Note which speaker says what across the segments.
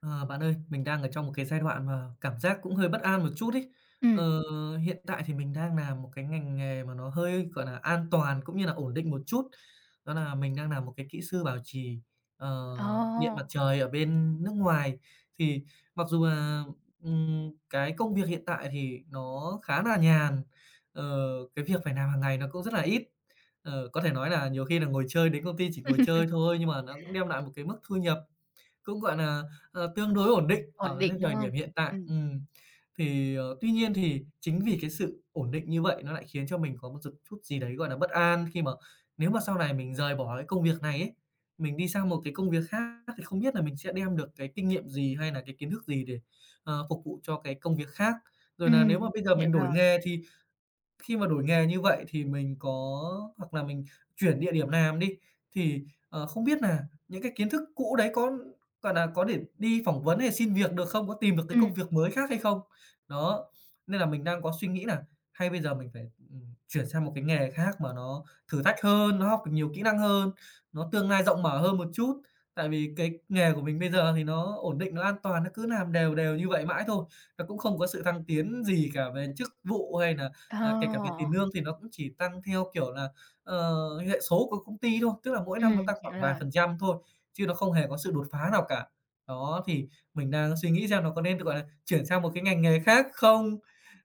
Speaker 1: Ờ, Bạn ơi, mình đang ở trong một cái giai đoạn mà cảm giác cũng hơi bất an một chút ấy. Ờ,
Speaker 2: Ừm,
Speaker 1: Hiện tại thì mình đang làm một cái ngành nghề mà nó hơi, gọi là, an toàn cũng như là ổn định một chút, đó là mình đang làm một cái kỹ sư bảo trì, ờ, điện mặt
Speaker 2: ồ,
Speaker 1: trời ở bên nước ngoài. Thì mặc dù là, cái công việc hiện tại thì nó khá là nhàn, ờ, cái việc phải làm hàng ngày nó cũng rất là ít, có thể nói là nhiều khi là ngồi chơi đến công ty chỉ ngồi chơi thôi, nhưng mà nó cũng đem lại một cái mức thu nhập cũng, gọi là, tương đối ổn định
Speaker 2: ổn
Speaker 1: ở cái
Speaker 2: định, đúng
Speaker 1: thời
Speaker 2: không?
Speaker 1: điểm hiện tại.
Speaker 2: Ừm,
Speaker 1: Thì, tuy nhiên thì chính vì cái sự ổn định như vậy nó lại khiến cho mình có một giật chút gì đấy, gọi là, bất an khi mà nếu mà sau này mình rời bỏ cái công việc này ấy, mình đi sang một cái công việc khác thì không biết là mình sẽ đem được cái kinh nghiệm gì hay là cái kiến thức gì để, phục vụ cho cái công việc khác. Rồi nà
Speaker 2: ừm,
Speaker 1: nếu mà bây giờ
Speaker 2: hiểu
Speaker 1: mình đổi
Speaker 2: rồi.
Speaker 1: nghề thì khi mà đổi nghề như vậy thì mình có hoặc là mình chuyển địa điểm làm đi, thì, không biết nà những cái kiến thức cũ đấy có, gọi nà, có để đi phỏng vấn hay xin việc được không? Có tìm được cái
Speaker 2: Ừm,
Speaker 1: công việc mới khác hay không? Đó, nên là mình đang có suy nghĩ nà hay bây giờ mình phải, ừm, chuyển sang một cái nghề khác mà nó thử thách hơn, nó học được nhiều kỹ năng hơn, nó tương lai rộng mở hơn một chút. Tại vì cái nghề của mình bây giờ thì nó ổn định, nó an toàn, nó cứ làm đều đều như vậy mãi thôi, nó cũng không có sự thăng tiến gì cả về chức vụ hay nà. À, kể cả về
Speaker 2: ồ,
Speaker 1: tiền lương thì nó cũng chỉ tăng theo, kiểu là, ờ, hệ số của công ty thôi, tức là mỗi năm nó tăng khoảng
Speaker 2: hiểu
Speaker 1: vài
Speaker 2: rồi.
Speaker 1: phần trăm thôi, chứ nó không hề có sự đột phá nào cả. Đó, thì mình đang suy nghĩ xem nó có nên, gọi là, chuyển sang một cái ngành nghề khác không?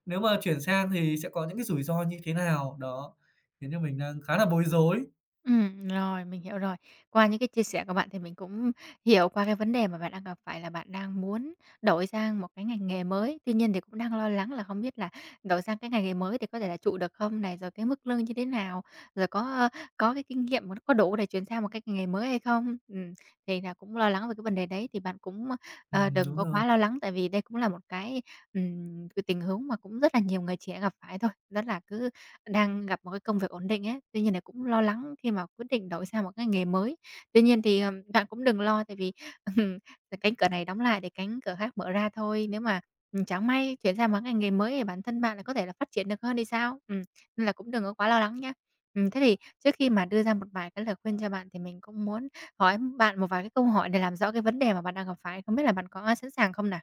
Speaker 1: Nếu mà chuyển sang thì sẽ có những cái rủi ro như thế nào? Đó, khiến cho mình đang khá là bối rối.
Speaker 2: Rồi, mình hiểu rồi. Qua những cái chia sẻ của bạn thì mình cũng hiểu qua cái vấn đề mà bạn đang gặp phải là bạn đang muốn đổi sang một cái ngành nghề mới. Tuy nhiên thì cũng đang lo lắng là không biết là đổi sang cái ngành nghề mới thì có thể là trụ được không này, rồi cái mức lương như thế nào, rồi có cái kinh nghiệm nó có đủ để chuyển sang một cái ngành nghề mới hay không? Thì là cũng lo lắng về cái vấn đề đấy thì bạn cũng, đừng
Speaker 1: Đúng
Speaker 2: có
Speaker 1: rồi.
Speaker 2: quá lo lắng tại vì đây cũng là một cái tình huống mà cũng rất là nhiều người trẻ gặp phải thôi. Đó là cứ đang gặp một cái công việc ổn định ấy, tuy nhiên là cũng lo lắng khi mà quyết định đổi sang một cái nghề mới. Tuy nhiên thì, bạn cũng đừng lo tại vì, cánh cửa này đóng lại để cánh cửa khác mở ra thôi. Nếu mà, chẳng may chuyển sang một cái nghề mới thì bản thân bạn lại có thể là phát triển được hơn thì sao? Nên là cũng đừng có quá lo lắng nhé. Thế thì trước khi mà đưa ra một vài cái lời khuyên cho bạn thì mình cũng muốn hỏi bạn một vài cái câu hỏi để làm rõ cái vấn đề mà bạn đang gặp phải, không biết là bạn có sẵn sàng không nè?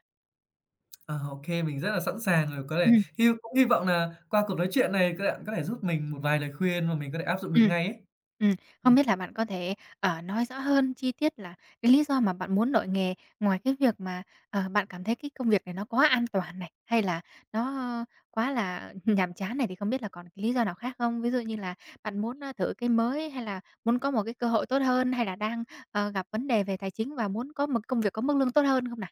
Speaker 1: Ờ, ô kê, mình rất là sẵn sàng rồi, có thể hy vọng nà qua cuộc nói chuyện này, các bạn có thể giúp mình một vài lời khuyên mà mình có thể áp dụng được
Speaker 2: Ừm.
Speaker 1: ngay ấy.
Speaker 2: Ừm, không biết là bạn có thể, nói rõ hơn chi tiết là cái lý do mà bạn muốn đổi nghề, ngoài cái việc mà, bạn cảm thấy cái công việc này nó quá an toàn này, hay là nó quá là nhàm chán này, thì không biết là còn cái lý do nào khác không? Ví dụ như là bạn muốn, thử cái mới, hay là muốn có một cái cơ hội tốt hơn, hay là đang, gặp vấn đề về tài chính và muốn có một công việc có mức lương tốt hơn không nè?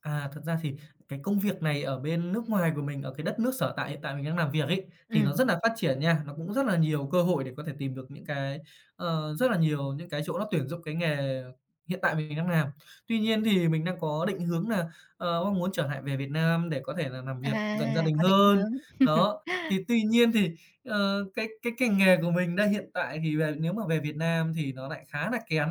Speaker 1: À, thật ra thì cái công việc này ở bên nước ngoài của mình, ở cái đất nước sở tại hiện tại mình đang làm việc ấy, thì nó
Speaker 2: Ừm.
Speaker 1: rất là phát triển nha. Nó cũng rất là nhiều cơ hội để có thể tìm được những cái, rất là nhiều những cái chỗ nó tuyển dụng cái nghề hiện tại mình đang làm. Tuy nhiên thì mình đang có định hướng là, mong muốn trở lại về Việt Nam để có thể là làm việc gần gia
Speaker 2: À,
Speaker 1: đình
Speaker 2: có định
Speaker 1: hơn.
Speaker 2: hướng.
Speaker 1: Đó, thì tuy nhiên thì, cái ngành nghề của mình đây hiện tại thì nếu mà về Việt Nam thì nó lại khá là kén,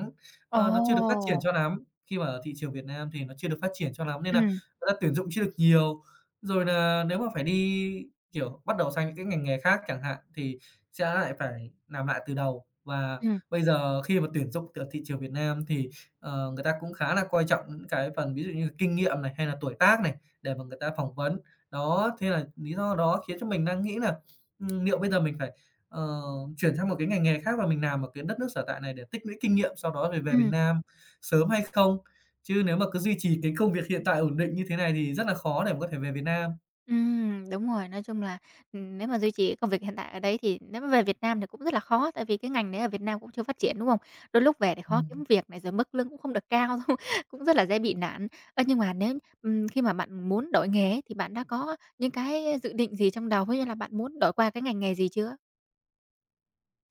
Speaker 1: nó chưa được phát triển
Speaker 2: Ồ!
Speaker 1: cho lắm khi mà ở thị trường Việt Nam thì nó chưa được phát triển cho lắm nên là
Speaker 2: Ừm,
Speaker 1: người ta tuyển dụng chưa được nhiều. Rồi nà nếu mà phải đi, kiểu, bắt đầu sang những cái ngành nghề khác chẳng hạn thì sẽ lại phải làm lại từ đầu. Và
Speaker 2: ừm,
Speaker 1: bây giờ khi mà tuyển dụng từ thị trường Việt Nam thì, người ta cũng khá là coi trọng những cái phần ví dụ như là kinh nghiệm này, hay là tuổi tác này, để mà người ta phỏng vấn. Đó, thế là lý do đó khiến cho mình đang nghĩ là liệu bây giờ mình phải, ờ, chuyển sang một cái ngành nghề khác và mình làm ở cái đất nước sở tại này để tích lũy kinh nghiệm, sau đó rồi về Việt
Speaker 2: ừm.
Speaker 1: Nam sớm hay không. Chứ nếu mà cứ duy trì cái công việc hiện tại ổn định như thế này thì rất là khó để mà có thể về Việt Nam.
Speaker 2: Đúng rồi. Nói chung là, nếu mà duy trì cái công việc hiện tại ở đấy thì nếu mà về Việt Nam thì cũng rất là khó, tại vì cái ngành đấy ở Việt Nam cũng chưa phát triển, đúng không? Đôi lúc về thì khó
Speaker 1: Ừm.
Speaker 2: kiếm việc này, rồi mức lương cũng không được cao, cũng rất là dễ bị nản. Ơ, nhưng mà nếu, khi mà bạn muốn đổi nghề ấy thì bạn đã có những cái dự định gì trong đầu, ví dụ là bạn muốn đổi qua cái ngành nghề gì chưa?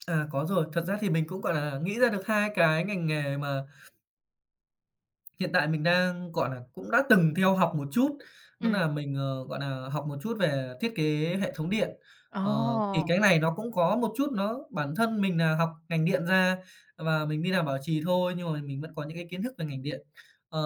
Speaker 1: À, có rồi, thật ra thì mình cũng, gọi là, nghĩ ra được 2 cái ngành nghề mà hiện tại mình đang, gọi là, cũng đã từng theo học một chút, đó
Speaker 2: Ừm.
Speaker 1: nà mình, gọi nà, học một chút về thiết kế hệ thống điện. Thì
Speaker 2: Ồ!
Speaker 1: cái này nó cũng có một chút nó bản thân mình nà học ngành điện ra và mình đi làm bảo trì thôi, nhưng mà mình vẫn có những cái kiến thức về ngành điện. Ờ,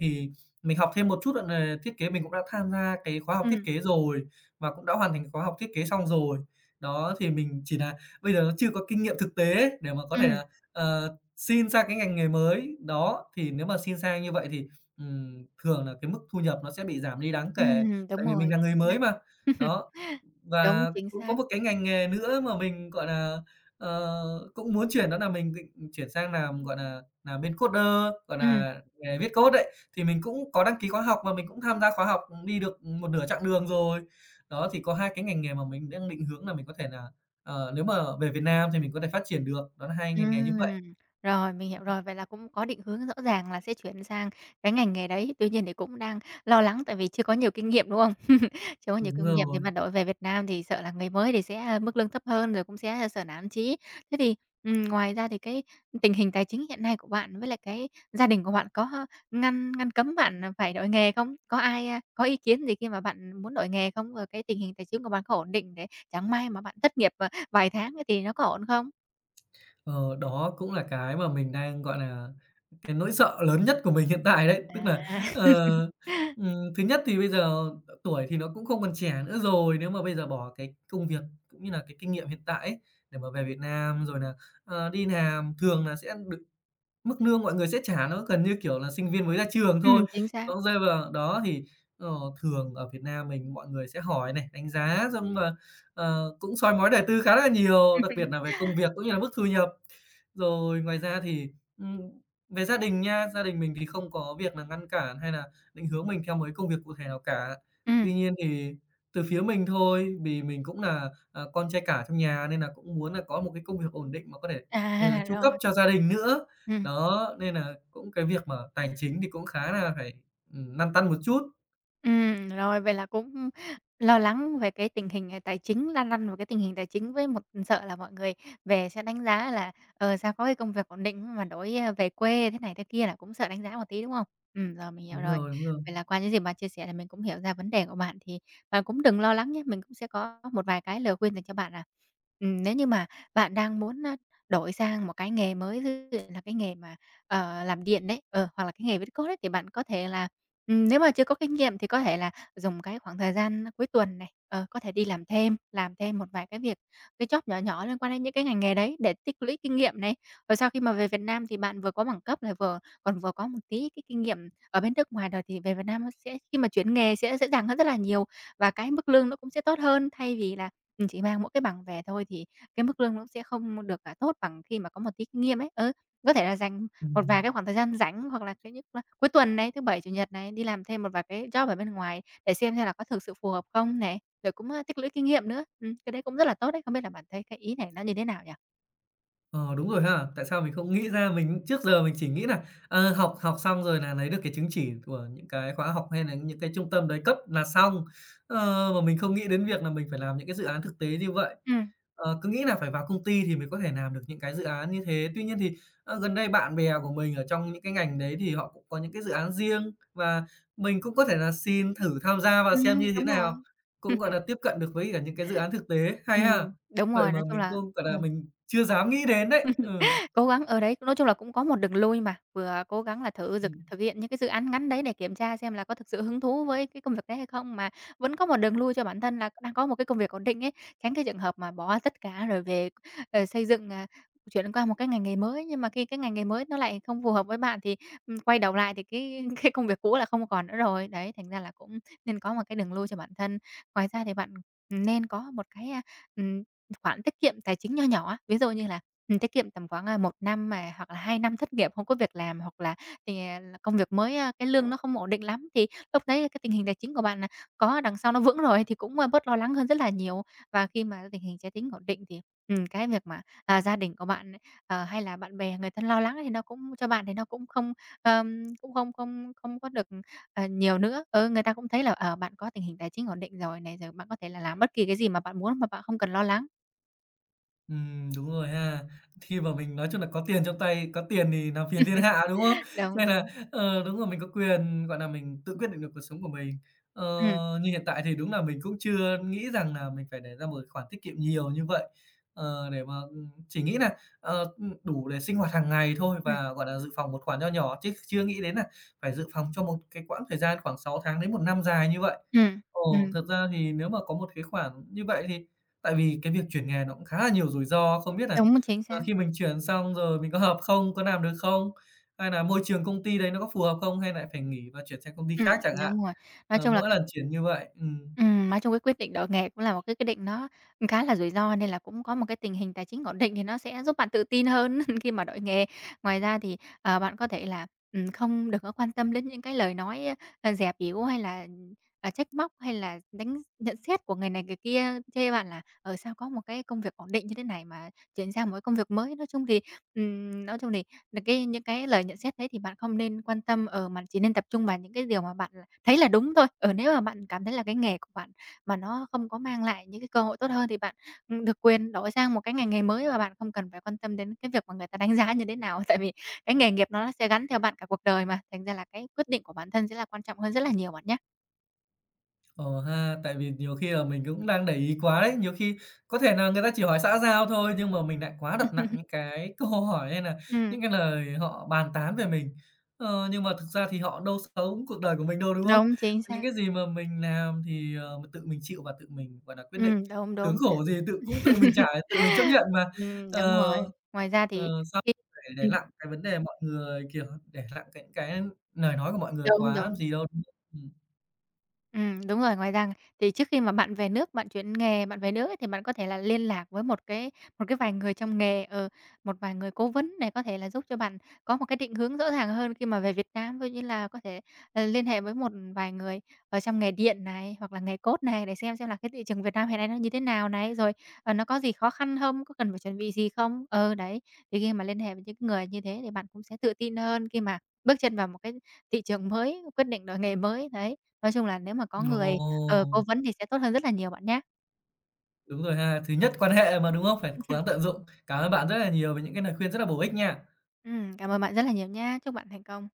Speaker 1: thì mình học thêm một chút, gọi nà, thiết kế, mình cũng đã tham gia cái khóa học thiết
Speaker 2: Ừm,
Speaker 1: kế rồi và cũng đã hoàn thành khóa học thiết kế xong rồi. Đó, thì mình chỉ nà bây giờ nó chưa có kinh nghiệm thực tế để mà có thể
Speaker 2: ừm,
Speaker 1: là, ờ, xin sang cái ngành nghề mới, đó, thì nếu mà xin sang như vậy thì, thường là cái mức thu nhập nó sẽ bị giảm đi đáng kể,
Speaker 2: đúng
Speaker 1: tại vì mình
Speaker 2: rồi,
Speaker 1: là người
Speaker 2: chính xác.
Speaker 1: mới mà. Đó,
Speaker 2: Đúng,
Speaker 1: và
Speaker 2: chính
Speaker 1: cũng có
Speaker 2: xác.
Speaker 1: một cái ngành nghề nữa mà mình, gọi là, ờ, cũng muốn chuyển đó là mình định chuyển sang làm, gọi là, làm bên coder, gọi
Speaker 2: Ừm.
Speaker 1: là, nghề viết code ấy, thì mình cũng có đăng ký khóa học và mình cũng tham gia khóa học, đi được một nửa chặng đường rồi. Đó, thì có hai cái ngành nghề mà mình đang định hướng là mình có thể là, nếu mà về Việt Nam thì mình có thể phát triển được, đó là hai ngành nghề như.
Speaker 2: Ừm, rồi, mình hiểu rồi. Vậy là cũng có định hướng rõ ràng là sẽ chuyển sang cái ngành nghề đấy. Tuy nhiên thì cũng đang lo lắng tại vì chưa có nhiều kinh nghiệm, đúng không? Chưa có nhiều
Speaker 1: Đúng
Speaker 2: kinh nghiệm thì
Speaker 1: rồi.
Speaker 2: mà đổi về Việt Nam thì sợ là người mới thì sẽ, mức lương thấp hơn, rồi cũng sẽ sợ nản chí. Thế thì, ngoài ra thì cái tình hình tài chính hiện nay của bạn với lại cái gia đình của bạn có ngăn ngăn cấm bạn, phải đổi nghề không? Có ai, có ý kiến gì khi mà bạn muốn đổi nghề không? Rồi cái tình hình tài chính của bạn có ổn định để chẳng may mà bạn thất nghiệp, vài tháng ấy thì nó có ổn không?
Speaker 1: Ờ, Đó cũng là cái mà mình đang, gọi là, cái nỗi sợ lớn nhất của mình hiện tại đấy. Tức
Speaker 2: À.
Speaker 1: là, ờ, thứ nhất thì bây giờ tuổi thì nó cũng không còn trẻ nữa rồi, nếu mà bây giờ bỏ cái công việc cũng như là cái kinh nghiệm hiện tại ấy, để mà về Việt Nam rồi là đi làm thường là sẽ được mức lương mọi người sẽ trả nó gần như, kiểu là, sinh viên mới ra trường thôi.
Speaker 2: Chính xác.
Speaker 1: Đó, rơi vào đó thì, ờ, thường ở Việt Nam mình mọi người sẽ hỏi này, đánh giá, xong là, cũng soi mói đời tư khá là nhiều, đặc biệt là về công việc cũng như là mức thu nhập. Rồi ngoài ra thì, ừm, về gia đình nha, gia đình mình thì không có việc là ngăn cản hay là định hướng mình theo mấy công việc cụ thể nào cả.
Speaker 2: Ừm,
Speaker 1: Tuy nhiên thì từ phía mình thôi, vì mình cũng là, con trai cả trong nhà nên là cũng muốn là có một cái công việc ổn định mà có thể,
Speaker 2: à,
Speaker 1: chu cấp
Speaker 2: rồi,
Speaker 1: cho gia đình nữa.
Speaker 2: ừm.
Speaker 1: Đó, nên là cũng cái việc mà tài chính thì cũng khá là phải, lăn tăn một chút.
Speaker 2: Rồi, vậy là cũng lo lắng về cái tình hình, tài chính, lăn lăn vào cái tình hình tài chính với một sợ là mọi người về sẽ đánh giá là, "Sao có cái công việc ổn định mà đổi, về quê thế này thế kia" là cũng sợ đánh giá một tí, đúng không? Ừ, rồi mình hiểu
Speaker 1: Đúng
Speaker 2: rồi.
Speaker 1: rồi, đúng rồi.
Speaker 2: Vậy là qua những gì bạn chia sẻ là mình cũng hiểu ra vấn đề của bạn, thì bạn cũng đừng lo lắng nhé, mình cũng sẽ có một vài cái lời khuyên dành cho bạn à. Nếu như mà bạn đang muốn, đổi sang một cái nghề mới, ví dụ là cái nghề mà, làm điện đấy, hoặc là cái nghề viết code ấy, thì bạn có thể là nếu mà chưa có kinh nghiệm thì có thể là dùng cái khoảng thời gian cuối tuần này, có thể đi làm thêm một vài cái việc, cái job nhỏ nhỏ liên quan đến những cái ngành nghề đấy để tích lũy kinh nghiệm này. Rồi sau khi mà về Việt Nam thì bạn vừa có bằng cấp này, vừa còn vừa có một tí cái kinh nghiệm ở bên nước ngoài rồi thì về Việt Nam nó sẽ khi mà chuyển nghề sẽ dễ dàng hơn rất là nhiều và cái mức lương nó cũng sẽ tốt hơn. Thay vì là, chỉ mang mỗi cái bằng về thôi thì cái mức lương nó cũng sẽ không được, tốt bằng khi mà có một tí kinh nghiệm ấy. Ừ, có thể là dành một vài
Speaker 1: Ừm.
Speaker 2: cái khoảng thời gian rảnh hoặc là cái những là cuối tuần này, thứ Bảy, Chủ nhật này, đi làm thêm một vài cái job ở bên ngoài để xem là có thực sự phù hợp không này, rồi cũng, tích lũy kinh nghiệm nữa. Cái đấy cũng rất là tốt đấy. Không biết là bạn thấy cái ý này nó như thế nào nhỉ?
Speaker 1: Ờ, đúng rồi ha. Tại sao mình không nghĩ ra, mình trước giờ mình chỉ nghĩ là học học xong rồi là lấy được cái chứng chỉ của những cái khóa học hay là những cái trung tâm đấy cấp là xong. Mà mình không nghĩ đến việc là mình phải làm những cái dự án thực tế như vậy.
Speaker 2: Ừm,
Speaker 1: Cứ nghĩ là phải vào công ty thì mới có thể làm được những cái dự án như thế. Tuy nhiên thì, gần đây bạn bè của mình ở trong những cái ngành đấy thì họ cũng có những cái dự án riêng và mình cũng có thể là xin thử tham gia và xem như thế
Speaker 2: đúng rồi.
Speaker 1: nào, cũng, gọi là, tiếp cận được với cả những cái dự án thực tế. Hay ha!
Speaker 2: Đúng
Speaker 1: Vậy
Speaker 2: rồi,
Speaker 1: mà
Speaker 2: nói chung
Speaker 1: mình
Speaker 2: là
Speaker 1: không, gọi là,
Speaker 2: ừm.
Speaker 1: mình chưa dám nghĩ đến đấy. Ừ,
Speaker 2: Cố gắng ở đấy, nói chung là cũng có một đường lui mà, vừa cố gắng là thử
Speaker 1: ừ.
Speaker 2: thực hiện những cái dự án ngắn đấy để kiểm tra xem là có thực sự hứng thú với cái công việc đấy hay không, mà vẫn có một đường lui cho bản thân là đang có một cái công việc ổn định ấy, tránh cái trường hợp mà bỏ tất cả rồi về, xây dựng, chuyển qua một cái ngành nghề mới. Nhưng mà khi cái ngành nghề mới nó lại không phù hợp với bạn thì, quay đầu lại thì cái cái công việc cũ là không còn nữa rồi. Đấy, thành ra là cũng nên có một cái đường lui cho bản thân. Ngoài ra thì bạn, nên có một cái, ừm khoản tiết kiệm tài chính nho nhỏ á. Ví dụ như là, mình tiết kiệm tầm khoảng, một năm mà hoặc là 2 năm thất nghiệp không có việc làm, hoặc là thì, là công việc mới, cái lương nó không ổn định lắm, thì lúc đấy cái tình hình tài chính của bạn là có đằng sau nó vững rồi thì cũng, bớt lo lắng hơn rất là nhiều. Và khi mà tình hình tài chính ổn định thì, cái việc mà, gia đình của bạn, hay là bạn bè người thân lo lắng thì nó cũng cho bạn thì nó cũng không không không có được, nhiều nữa. Ừ, người ta cũng thấy là, bạn có tình hình tài chính ổn định rồi này, rồi bạn có thể là làm bất kỳ cái gì mà bạn muốn mà bạn không cần lo lắng.
Speaker 1: Đúng rồi ha. Khi mà mình nói chung là có tiền trong tay, có tiền thì làm phiền thiên hạ, đúng không?
Speaker 2: Đúng,
Speaker 1: Nên là,
Speaker 2: đúng.
Speaker 1: đúng rồi, mình có quyền, gọi là, mình tự quyết định được cuộc sống của mình. Ờ,
Speaker 2: Ừm,
Speaker 1: Như hiện tại thì đúng là mình cũng chưa nghĩ rằng là mình phải để ra một khoản tiết kiệm nhiều như vậy, để mà, chỉ nghĩ là, đủ để sinh hoạt hàng ngày thôi
Speaker 2: ừm,
Speaker 1: và, gọi là, dự phòng một khoản nho nhỏ chứ chưa nghĩ đến là phải dự phòng cho một cái quãng thời gian khoảng 6 tháng đến 1 năm dài như vậy.
Speaker 2: ừm,
Speaker 1: Ồ,
Speaker 2: ừm,
Speaker 1: thật ra thì nếu mà có một cái khoản như vậy thì tại vì cái việc chuyển nghề nó cũng khá là nhiều rủi ro, không biết là
Speaker 2: đúng, chính xác.
Speaker 1: khi mình chuyển xong rồi mình có hợp không, có làm được không? Hay là môi trường công ty đấy nó có phù hợp không hay lại phải nghỉ và chuyển sang công ty khác chẳng hạn?
Speaker 2: Đúng rồi. Nói chung là
Speaker 1: Mỗi
Speaker 2: cái
Speaker 1: lần chuyển như vậy.
Speaker 2: nói chung cái quyết định đổi nghề cũng là một cái quyết định nó khá là rủi ro nên là cũng có một cái tình hình tài chính ổn định thì nó sẽ giúp bạn tự tin hơn khi mà đổi nghề. Ngoài ra thì, bạn có thể là, không được có quan tâm đến những cái lời nói, dè bỉu hay là, trách móc hay là đánh nhận xét của người này người kia chê bạn là ở sao có một cái công việc ổn định như thế này mà chuyển sang một cái công việc mới." Nói chung thì là cái những cái lời nhận xét đấy thì bạn không nên quan tâm, ở mà chỉ nên tập trung vào những cái điều mà bạn là thấy là đúng thôi. Ở nếu mà bạn cảm thấy là cái nghề của bạn mà nó không có mang lại những cái cơ hội tốt hơn thì bạn, được quyền đổi sang một cái ngành nghề mới và bạn không cần phải quan tâm đến cái việc mà người ta đánh giá như thế nào. Tại vì cái nghề nghiệp nó sẽ gắn theo bạn cả cuộc đời mà, thành ra là cái quyết định của bản thân sẽ là quan trọng hơn rất là nhiều bạn nhé.
Speaker 1: Ờ ha, tại vì nhiều khi là mình cũng đang để ý quá đấy, nhiều khi có thể là người ta chỉ hỏi xã giao thôi, nhưng mà mình lại quá đặt nặng những cái câu hỏi hay là
Speaker 2: Ừm,
Speaker 1: những cái lời họ bàn tán về mình. Nhưng mà thực ra thì họ đâu sống cuộc đời của mình đâu, đúng không?
Speaker 2: đúng, chính
Speaker 1: Những
Speaker 2: xác.
Speaker 1: cái gì mà mình làm thì, tự mình chịu và tự mình, gọi là, quyết định.
Speaker 2: Đúng,
Speaker 1: Sướng
Speaker 2: đúng.
Speaker 1: khổ gì tự mình trả, tự mình chấp nhận mà.
Speaker 2: Đúng
Speaker 1: Ờ,
Speaker 2: rồi. Ngoài ra thì
Speaker 1: Sao
Speaker 2: khi
Speaker 1: để
Speaker 2: ừm,
Speaker 1: nặng cái vấn đề mọi người, kiểu, để nặng cái lời nói của mọi người
Speaker 2: đúng,
Speaker 1: quá làm
Speaker 2: đúng.
Speaker 1: gì đâu. Ừm.
Speaker 2: Đúng rồi, ngoài ra thì trước khi mà bạn về nước, bạn chuyển nghề, bạn về nước ấy, thì bạn có thể là liên lạc với một cái vài người trong nghề, một vài người cố vấn này có thể là giúp cho bạn có một cái định hướng rõ ràng hơn khi mà về Việt Nam. Ví dụ như là có thể, liên hệ với một vài người ở trong nghề điện này, hoặc là nghề cốt này để xem là cái thị trường Việt Nam hiện nay nó như thế nào này, rồi, nó có gì khó khăn không, có cần phải chuẩn bị gì không? Ừ, đấy, thì khi mà liên hệ với những người như thế thì bạn cũng sẽ tự tin hơn khi mà bước chân vào một cái thị trường mới, quyết định đổi nghề mới, đấy. Nói chung là nếu mà có người, cố
Speaker 1: Ồ!
Speaker 2: vấn thì sẽ tốt hơn rất là nhiều bạn nhé.
Speaker 1: Đúng rồi ha. Thứ nhất, quan hệ mà, đúng không? Phải cố gắng tận dụng. Cảm ơn bạn rất là nhiều về những cái lời khuyên rất là bổ ích nha.
Speaker 2: Cảm ơn bạn rất là nhiều nha. Chúc bạn thành công.